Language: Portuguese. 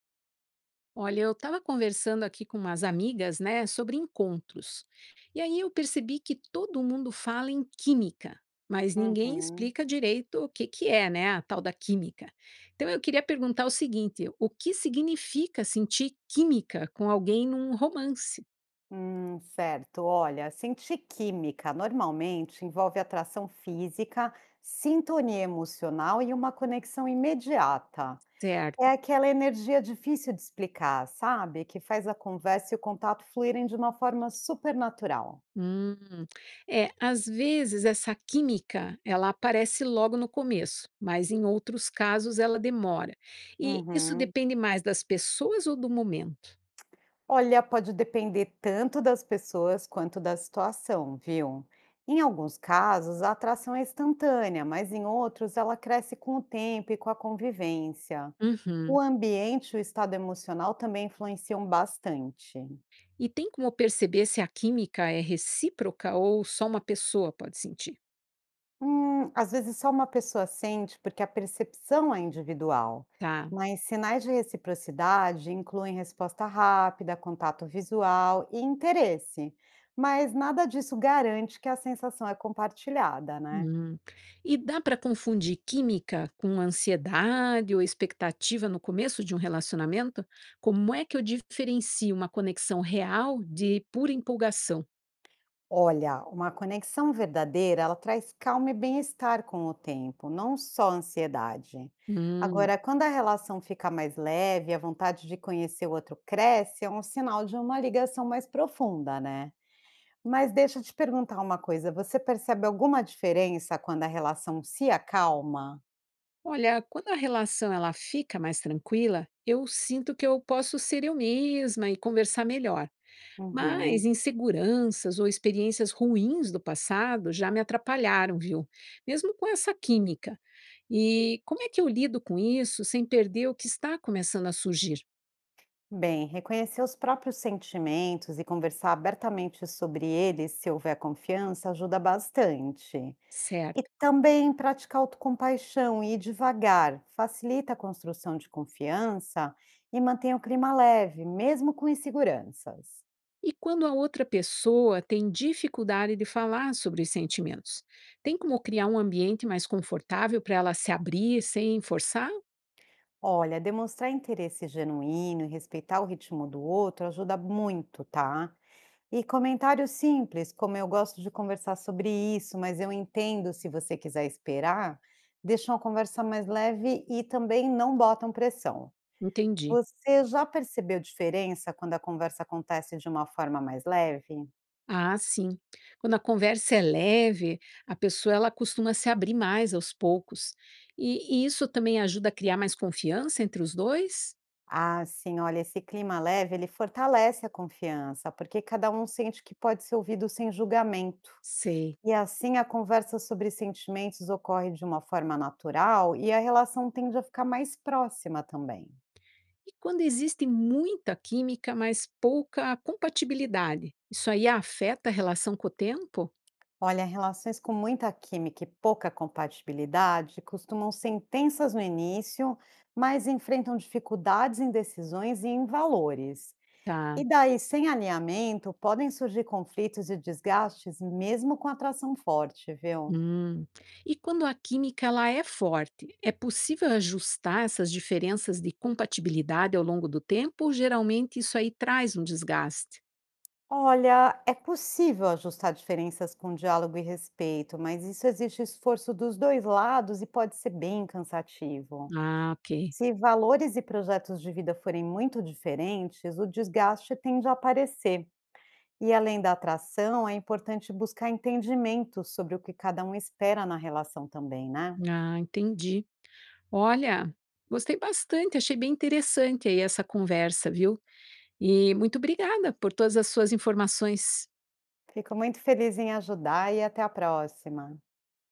Olha, eu estava conversando aqui com umas amigas, né, sobre encontros. E aí eu percebi que todo mundo fala em química, mas ninguém Uhum. explica direito o que que é, né, a tal da química. Então eu queria perguntar o seguinte: o que significa sentir química com alguém num romance, Certo. Olha, sentir química normalmente envolve atração física, sintonia emocional e uma conexão imediata. É certo? aquela energia difícil de explicar, sabe? Que faz a conversa e o contato fluírem de uma forma super natural. Hum, às vezes essa química ela aparece logo no começo, mas em outros casos ela demora. E isso Uhum. depende mais das pessoas ou do momento? Olha, pode depender tanto das pessoas quanto da situação, viu? Em alguns casos, a atração é instantânea, mas em outros, ela cresce com o tempo e com a convivência. Uhum. O ambiente e o estado emocional também influenciam bastante. E tem como perceber se a química é recíproca ou só uma pessoa pode sentir? Às vezes só uma pessoa sente, porque a percepção é individual, Tá. mas sinais de reciprocidade incluem resposta rápida, contato visual e interesse. Mas nada disso garante que a sensação é compartilhada, né? Hum. E dá para confundir química com ansiedade ou expectativa no começo de um relacionamento? Como é que eu diferencio uma conexão real de pura empolgação? Olha, uma conexão verdadeira, ela traz calma e bem-estar com o tempo, não só ansiedade. Hum. Agora, quando a relação fica mais leve, a vontade de conhecer o outro cresce, é um sinal de uma ligação mais profunda, né? Mas deixa eu te perguntar uma coisa, você percebe alguma diferença quando a relação se acalma? Olha, quando a relação ela fica mais tranquila, eu sinto que eu posso ser eu mesma e conversar melhor. Uhum. Mas inseguranças ou experiências ruins do passado já me atrapalharam, viu? Mesmo com essa química. E como é que eu lido com isso sem perder o que está começando a surgir? Bem, reconhecer os próprios sentimentos e conversar abertamente sobre eles, se houver confiança, ajuda bastante. E Certo. também praticar autocompaixão e ir devagar facilita a construção de confiança e mantém o clima leve, mesmo com inseguranças. E quando a outra pessoa tem dificuldade de falar sobre os sentimentos? Tem como criar um ambiente mais confortável para ela se abrir sem forçar? Olha, demonstrar interesse genuíno e respeitar o ritmo do outro ajuda muito, tá? E comentários simples, como eu gosto de conversar sobre isso, mas eu entendo se você quiser esperar, deixam a conversa mais leve e também não botam pressão. Entendi. Você já percebeu diferença quando a conversa acontece de uma forma mais leve? Ah, sim. Quando a conversa é leve, a pessoa ela costuma se abrir mais aos poucos. E isso também ajuda a criar mais confiança entre os dois? Ah, sim, olha, esse clima leve, ele fortalece a confiança, porque cada um sente que pode ser ouvido sem julgamento. Sei. E assim a conversa sobre sentimentos ocorre de uma forma natural e a relação tende a ficar mais próxima também. E quando existe muita química, mas pouca compatibilidade, isso aí afeta a relação com o tempo? Olha, relações com muita química e pouca compatibilidade costumam ser intensas no início, mas enfrentam dificuldades em decisões e em valores. Tá. E daí, sem alinhamento, podem surgir conflitos e desgastes, mesmo com atração forte, viu? Hum. E quando a química ela é forte, é possível ajustar essas diferenças de compatibilidade ao longo do tempo? Ou geralmente isso aí traz um desgaste? Olha, é possível ajustar diferenças com diálogo e respeito, mas isso exige esforço dos dois lados e pode ser bem cansativo. Ah, ok. Se valores e projetos de vida forem muito diferentes, o desgaste tende a aparecer. E além da atração, é importante buscar entendimento sobre o que cada um espera na relação também, né? Ah, entendi. Olha, gostei bastante, achei bem interessante aí essa conversa, viu? E muito obrigada por todas as suas informações. Fico muito feliz em ajudar e até a próxima.